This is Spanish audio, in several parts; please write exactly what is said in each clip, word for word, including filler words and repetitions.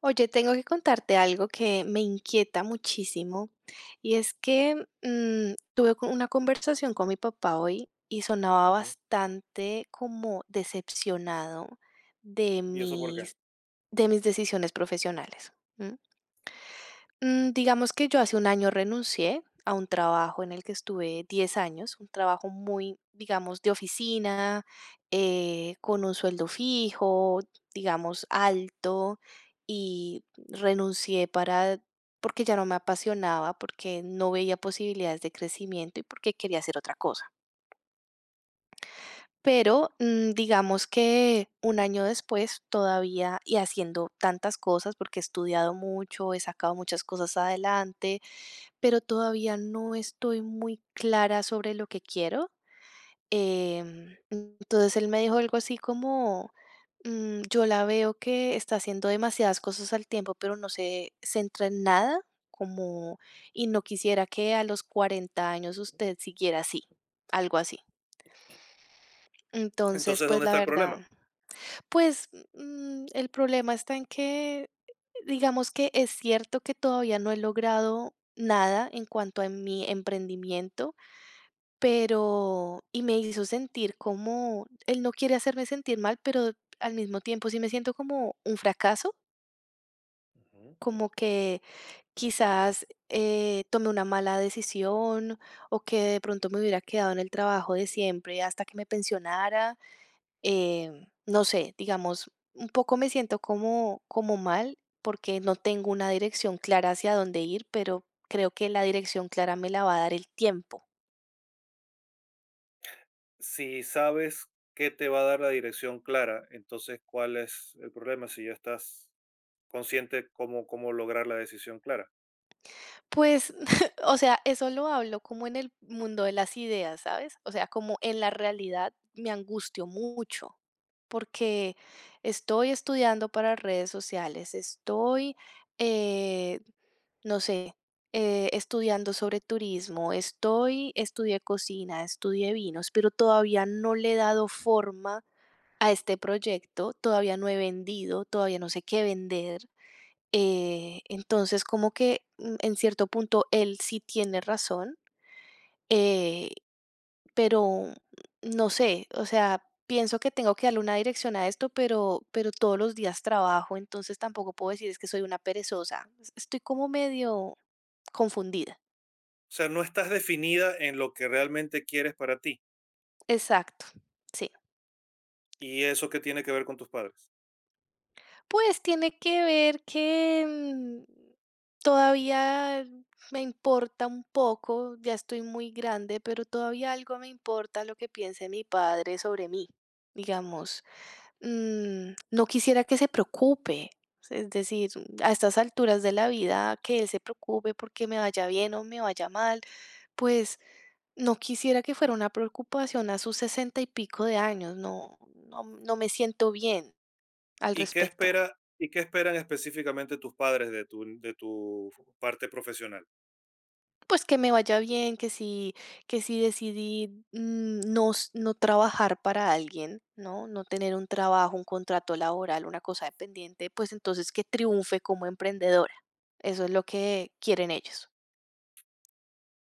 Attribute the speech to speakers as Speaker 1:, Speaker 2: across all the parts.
Speaker 1: Oye, tengo que contarte algo que me inquieta muchísimo y es que mm, tuve co- una conversación con mi papá hoy y sonaba
Speaker 2: Ujú.
Speaker 1: bastante como decepcionado de
Speaker 2: ¿Y eso por qué?
Speaker 1: mis, de mis decisiones profesionales. Mm, digamos que yo hace un año renuncié a un trabajo en el que estuve diez años, un trabajo muy, digamos, de oficina, eh, con un sueldo fijo, digamos, alto, y renuncié para, porque ya no me apasionaba, porque no veía posibilidades de crecimiento y porque quería hacer otra cosa. Pero mm, digamos que un año después todavía y haciendo tantas cosas, porque he estudiado mucho, he sacado muchas cosas adelante, pero todavía no estoy muy clara sobre lo que quiero. Em, entonces él me dijo algo así como, mm, yo la veo que está haciendo demasiadas cosas al tiempo, pero no se centra en nada, como, y no quisiera que a los cuarenta años usted siguiera así, algo así. Entonces,
Speaker 2: Entonces,
Speaker 1: pues
Speaker 2: ¿dónde
Speaker 1: la
Speaker 2: está el
Speaker 1: verdad,
Speaker 2: problema?
Speaker 1: pues mm, el problema está en que, digamos que es cierto que todavía no he logrado nada en cuanto a mi emprendimiento. Pero y me hizo sentir como él no quiere hacerme sentir mal, pero al mismo tiempo sí me siento como un fracaso,
Speaker 2: Ujú.
Speaker 1: como que quizás, eh, tomé una mala decisión o que de pronto me hubiera quedado en el trabajo de siempre hasta que me pensionara, em, no sé, digamos, un poco me siento como como mal, porque no tengo una dirección clara hacia dónde ir, pero creo que la dirección clara me la va a dar el tiempo.
Speaker 2: Si sabes qué te va a dar la dirección clara, entonces, ¿cuál es el problema si ya estás consciente cómo, cómo lograr la decisión clara?
Speaker 1: Pues, o sea, eso lo hablo como en el mundo de las ideas, ¿sabes? O sea, como en la realidad me angustio mucho porque estoy estudiando para redes sociales, estoy, eh, no sé, eh, estudiando sobre turismo, estoy, estudié cocina, estudié vinos, pero todavía no le he dado forma a este proyecto, todavía no he vendido, todavía no sé qué vender. Eh, entonces, como que, mm, en cierto punto él sí tiene razón, eh, pero no sé, o sea, pienso que tengo que darle una dirección a esto, pero pero todos los días trabajo, entonces tampoco puedo decir es que soy una perezosa. Es estoy como medio confundida.
Speaker 2: O sea, no estás definida en lo que realmente quieres para ti,
Speaker 1: Exacto, sí.
Speaker 2: y eso, que tiene que ver con tus padres?
Speaker 1: Pues tiene que ver que, mm, todavía me importa un poco, ya estoy muy grande, pero todavía algo me importa lo que piense mi padre sobre mí. Digamos, mm, no quisiera que se preocupe, es decir, a estas alturas de la vida, que él se preocupe porque me vaya bien o me vaya mal, pues no quisiera que fuera una preocupación a sus sesenta y pico de años, no, no, no me siento bien al
Speaker 2: ¿Y qué
Speaker 1: respecto.
Speaker 2: espera? ¿Y qué esperan específicamente tus padres de tu, de tu parte profesional?
Speaker 1: Pues que me vaya bien, que si, que si decidí mm, no, s- no trabajar para alguien, ¿no? No tener un trabajo, un contrato laboral, una cosa dependiente, pues entonces que triunfe como emprendedora. Eso es lo que quieren ellos.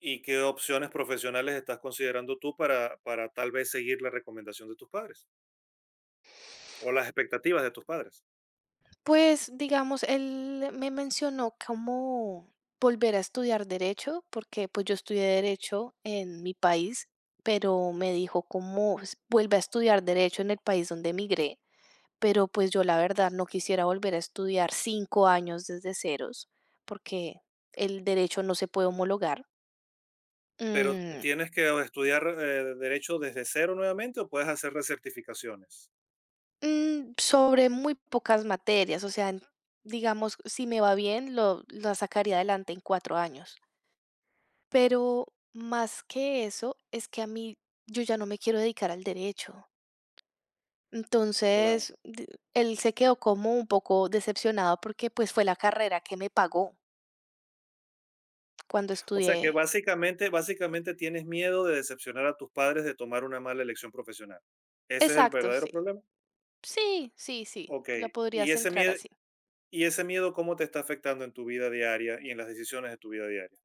Speaker 2: ¿Y qué opciones profesionales estás considerando tú para, para tal vez seguir la recomendación de tus padres? ¿O las expectativas de tus padres?
Speaker 1: Pues digamos, él me mencionó cómo volver a estudiar derecho, porque pues yo estudié derecho en mi país, pero me dijo cómo vuelve a estudiar derecho en el país donde emigré. Pero, pues, yo la verdad no quisiera volver a estudiar cinco años desde ceros, porque el derecho no se puede homologar,
Speaker 2: Pero
Speaker 1: mm,
Speaker 2: ¿tienes que estudiar eh, derecho desde cero nuevamente, o puedes hacer recertificaciones?
Speaker 1: mm, sobre muy pocas materias, o sea, en digamos, si me va bien, lo la sacaría adelante en cuatro años. Pero más que eso, es que a mí yo ya no me quiero dedicar al derecho.
Speaker 2: Claro.
Speaker 1: Entonces, d Él se quedó como un poco decepcionado porque, pues, fue la carrera que me pagó cuando
Speaker 2: O sea que
Speaker 1: estudié.
Speaker 2: básicamente, básicamente tienes miedo de decepcionar a tus padres, de tomar una mala elección profesional. ¿Ese es el
Speaker 1: Exacto, sí.
Speaker 2: verdadero problema?
Speaker 1: Sí, sí, sí,
Speaker 2: Ok.
Speaker 1: la
Speaker 2: ¿Y
Speaker 1: podrías
Speaker 2: ese
Speaker 1: entrar
Speaker 2: miedo,
Speaker 1: así.
Speaker 2: y ese miedo cómo te está afectando en tu vida diaria y en las decisiones de tu vida diaria?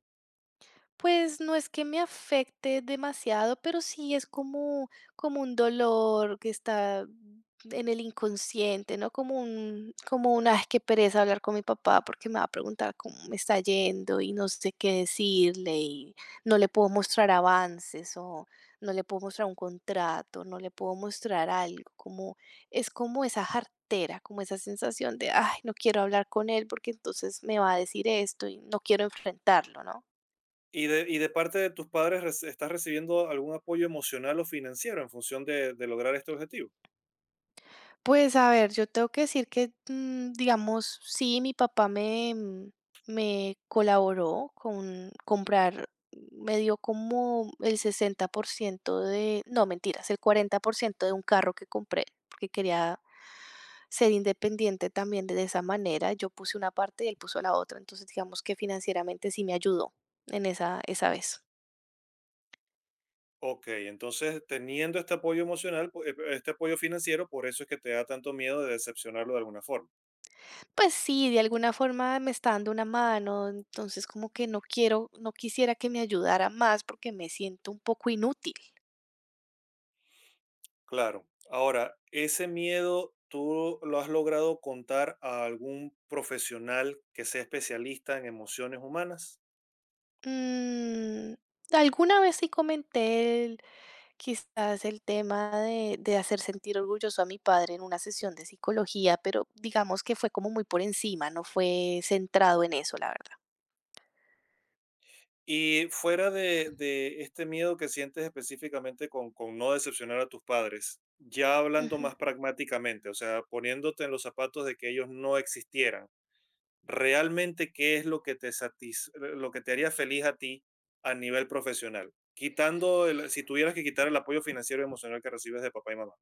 Speaker 1: Pues no es que me afecte demasiado, pero sí es como, como un dolor que está en el inconsciente, ¿no? Como un, como una, ay, qué pereza hablar con mi papá porque me va a preguntar cómo me está yendo y no sé qué decirle y no le puedo mostrar avances o no le puedo mostrar un contrato, no le puedo mostrar algo, como es como esa jartera, como esa sensación de, ay, no quiero hablar con él porque entonces me va a decir esto y no quiero enfrentarlo, ¿no?
Speaker 2: ¿Y de, y de parte de tus padres reci- estás recibiendo algún apoyo emocional o financiero en función de de lograr este objetivo?
Speaker 1: Pues a ver, yo tengo que decir que, mm, digamos, sí, mi papá me, mm, me colaboró con comprar, mm, me dio como el sesenta por ciento de, no, mentiras, el cuarenta por ciento de un carro que compré, porque quería ser independiente también de esa manera. Yo puse una parte y él puso la otra, entonces digamos que financieramente sí me ayudó en esa, esa vez.
Speaker 2: Ok, entonces, teniendo este apoyo emocional, pu- eh, este apoyo financiero, por eso es que te da tanto miedo de decepcionarlo de alguna forma.
Speaker 1: Pues sí, de alguna forma me está dando una mano, entonces como que no quiero, no quisiera que me ayudara más porque me siento un poco inútil.
Speaker 2: Claro. Ahora, ese miedo, ¿tú lo has logrado contar a algún profesional que sea especialista en emociones humanas?
Speaker 1: Mm, Alguna vez sí comenté el- quizás el tema de, de hacer sentir orgulloso a mi padre en una sesión de psicología, pero digamos que fue como muy por encima, no fue centrado en eso, la verdad.
Speaker 2: Y fuera de, de este miedo que sientes específicamente con, con no decepcionar a tus padres, ya hablando
Speaker 1: Ujú.
Speaker 2: más pragmáticamente, o sea, poniéndote en los zapatos de que ellos no existieran. Realmente, ¿qué es lo que te satis- eh, lo que te haría feliz a ti a nivel profesional, quitando el- si tuvieras que quitar el apoyo financiero y emocional que recibes de papá y mamá?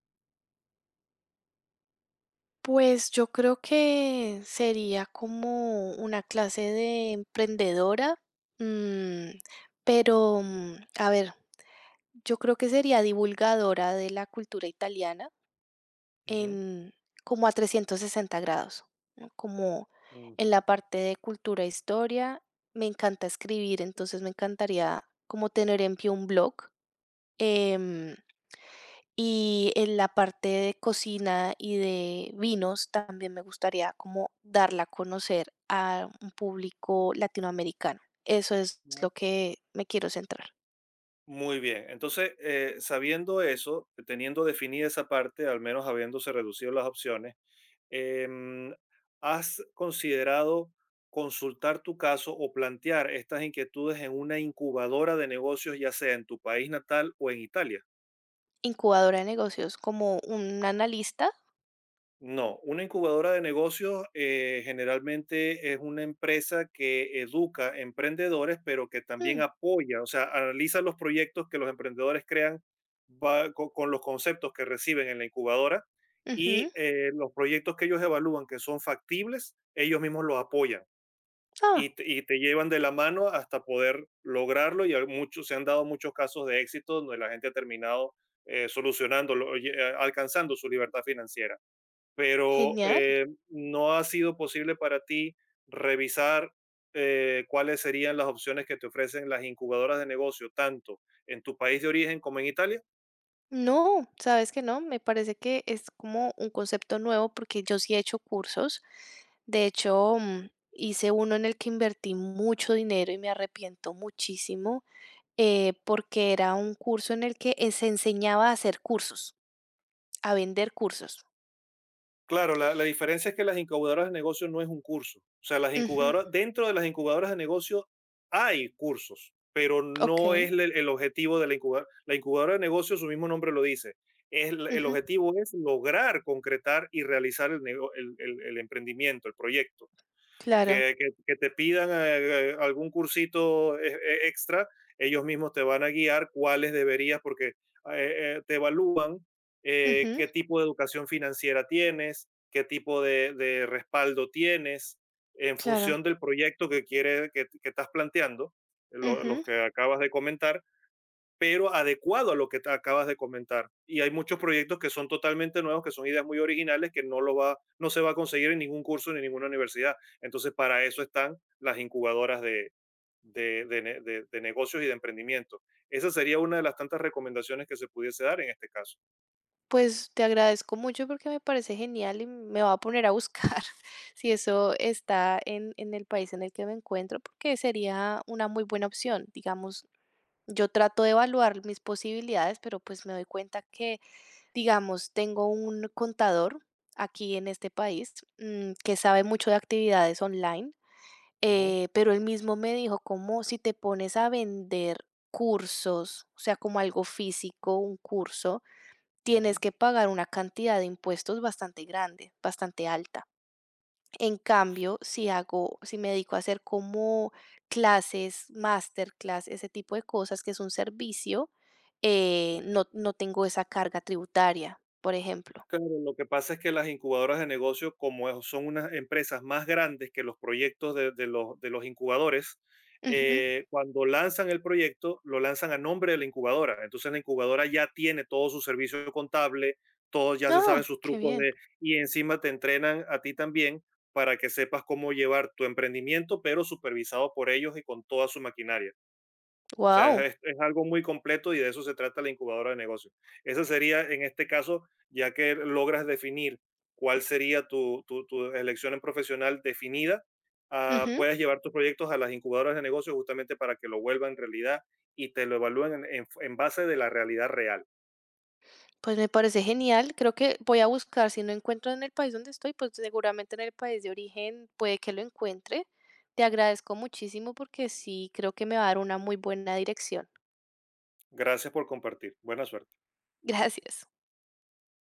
Speaker 1: Pues yo creo que sería como una clase de emprendedora, mm, pero mm, a ver, yo creo que sería divulgadora de la cultura italiana
Speaker 2: Ujú.
Speaker 1: en como a trescientos sesenta grados, ¿no? Como en la
Speaker 2: Ujú.
Speaker 1: parte de cultura e historia. Me encanta escribir, entonces me encantaría como tener en pie un blog. em, y en la parte de cocina y de vinos también me gustaría como darla a conocer a un público latinoamericano. Eso es lo
Speaker 2: Mu-
Speaker 1: que me quiero centrar.
Speaker 2: Muy bien, entonces, eh, sabiendo eso, teniendo definida esa parte, al menos habiéndose reducido las opciones, em, ¿has considerado consultar tu caso o plantear estas inquietudes en una incubadora de negocios, ya sea en tu país natal o en Italia?
Speaker 1: Incubadora de negocios, como un analista.
Speaker 2: No, una incubadora de negocios eh, generalmente es una empresa que educa emprendedores, pero que
Speaker 1: Mm,
Speaker 2: también apoya, o sea, analiza los proyectos que los emprendedores crean va- co- con los conceptos que reciben en la incubadora,
Speaker 1: ujú.
Speaker 2: y eh, los proyectos que ellos evalúan que son factibles, ellos mismos los apoyan y
Speaker 1: Ah,
Speaker 2: te, y te llevan de la mano hasta poder lograrlo. Y hay muchos, se han dado muchos casos de éxito donde la gente ha terminado eh, solucionándolo, oye, eh, alcanzando su libertad financiera, pero
Speaker 1: genial.
Speaker 2: eh, no ha sido posible para ti revisar eh, ¿cuáles serían las opciones que te ofrecen las incubadoras de negocio, tanto en tu país de origen como en Italia?
Speaker 1: No, sabes que no, me parece que es como un concepto nuevo porque yo sí he hecho cursos. De hecho, mm, hice uno en el que invertí mucho dinero y me arrepiento muchísimo, eh, porque era un curso en el que, eh, se enseñaba a hacer cursos, a vender cursos.
Speaker 2: Claro, la, la diferencia es que las incubadoras de negocio no es un curso. O sea, las
Speaker 1: Ujú,
Speaker 2: incubadoras, dentro de las incubadoras de negocio hay cursos, pero no
Speaker 1: okey,
Speaker 2: es el, el objetivo de la incubadora. La incubadora de negocio, su mismo nombre lo dice. Es, el el
Speaker 1: ujú,
Speaker 2: objetivo es lograr concretar y realizar el nego- el- el- el emprendimiento, el proyecto
Speaker 1: claro,
Speaker 2: que, que- que te pidan eh, algún cursito eh, eh, extra, ellos mismos te van a guiar cuáles deberías, porque eh, eh, te evalúan eh,
Speaker 1: ujú,
Speaker 2: qué tipo de educación financiera tienes, qué tipo de, de respaldo tienes, en
Speaker 1: claro,
Speaker 2: función del proyecto que, quiere, que, que estás planteando, lo- los
Speaker 1: ujú.
Speaker 2: que acabas de comentar, pero adecuado a lo que te acabas de comentar. Y hay muchos proyectos que son totalmente nuevos, que son ideas muy originales, que no, lo va, no se va a conseguir en ningún curso ni en ninguna universidad. Entonces, para eso están las incubadoras de, de, de, ne- de de negocios y de emprendimiento. Esa sería una de las tantas recomendaciones que se pudiese dar en este caso.
Speaker 1: Pues, te agradezco mucho porque me parece genial y me va a poner a buscar si eso está en en el país en el que me encuentro, porque sería una muy buena opción. Digamos, yo trato de evaluar mis posibilidades, pero, pues, me doy cuenta que digamos, tengo un contador aquí en este país, mm, que sabe mucho de actividades online,
Speaker 2: Ujú,
Speaker 1: eh, pero él mismo me dijo como si te pones a vender cursos, o sea, como algo físico, un curso, tienes
Speaker 2: ujú.
Speaker 1: que pagar una cantidad de impuestos bastante grande, bastante alta. En cambio, si hago, si me dedico a hacer como clases, masterclass, ese tipo de cosas, que es un servicio, eh, no, no tengo esa carga tributaria, por ejemplo.
Speaker 2: Claro, lo que pasa es que las incubadoras de negocio, como es- son unas empresas más grandes que los proyectos de, de los, de los incubadores,
Speaker 1: Ujú.
Speaker 2: eh, cuando lanzan el proyecto, lo lanzan a nombre de la incubadora. Entonces, la incubadora ya tiene todo su servicio contable, todos ya se
Speaker 1: Ah,
Speaker 2: saben sus
Speaker 1: qué
Speaker 2: trucos
Speaker 1: bien.
Speaker 2: de, y encima te entrenan a ti también para que sepas cómo llevar tu emprendimiento, pero supervisado por ellos y con toda su maquinaria. O
Speaker 1: Wow.
Speaker 2: sea, es, es algo muy completo, y de eso se trata la incubadora de negocios. Esa sería, en este caso, ya que logras definir cuál sería tu, tu, tu elección en profesional definida, ah,
Speaker 1: Ujú.
Speaker 2: puedes llevar tus proyectos a las incubadoras de negocios justamente para que lo vuelvan realidad y te lo evalúen en en- en base de la realidad real.
Speaker 1: Pues me parece genial. Creo que voy a buscar, si no encuentro en el país donde estoy, pues seguramente en el país de origen puede que lo encuentre. Te agradezco muchísimo porque sí, creo que me va a dar una muy buena dirección.
Speaker 2: Gracias por compartir. Buena suerte.
Speaker 1: Gracias.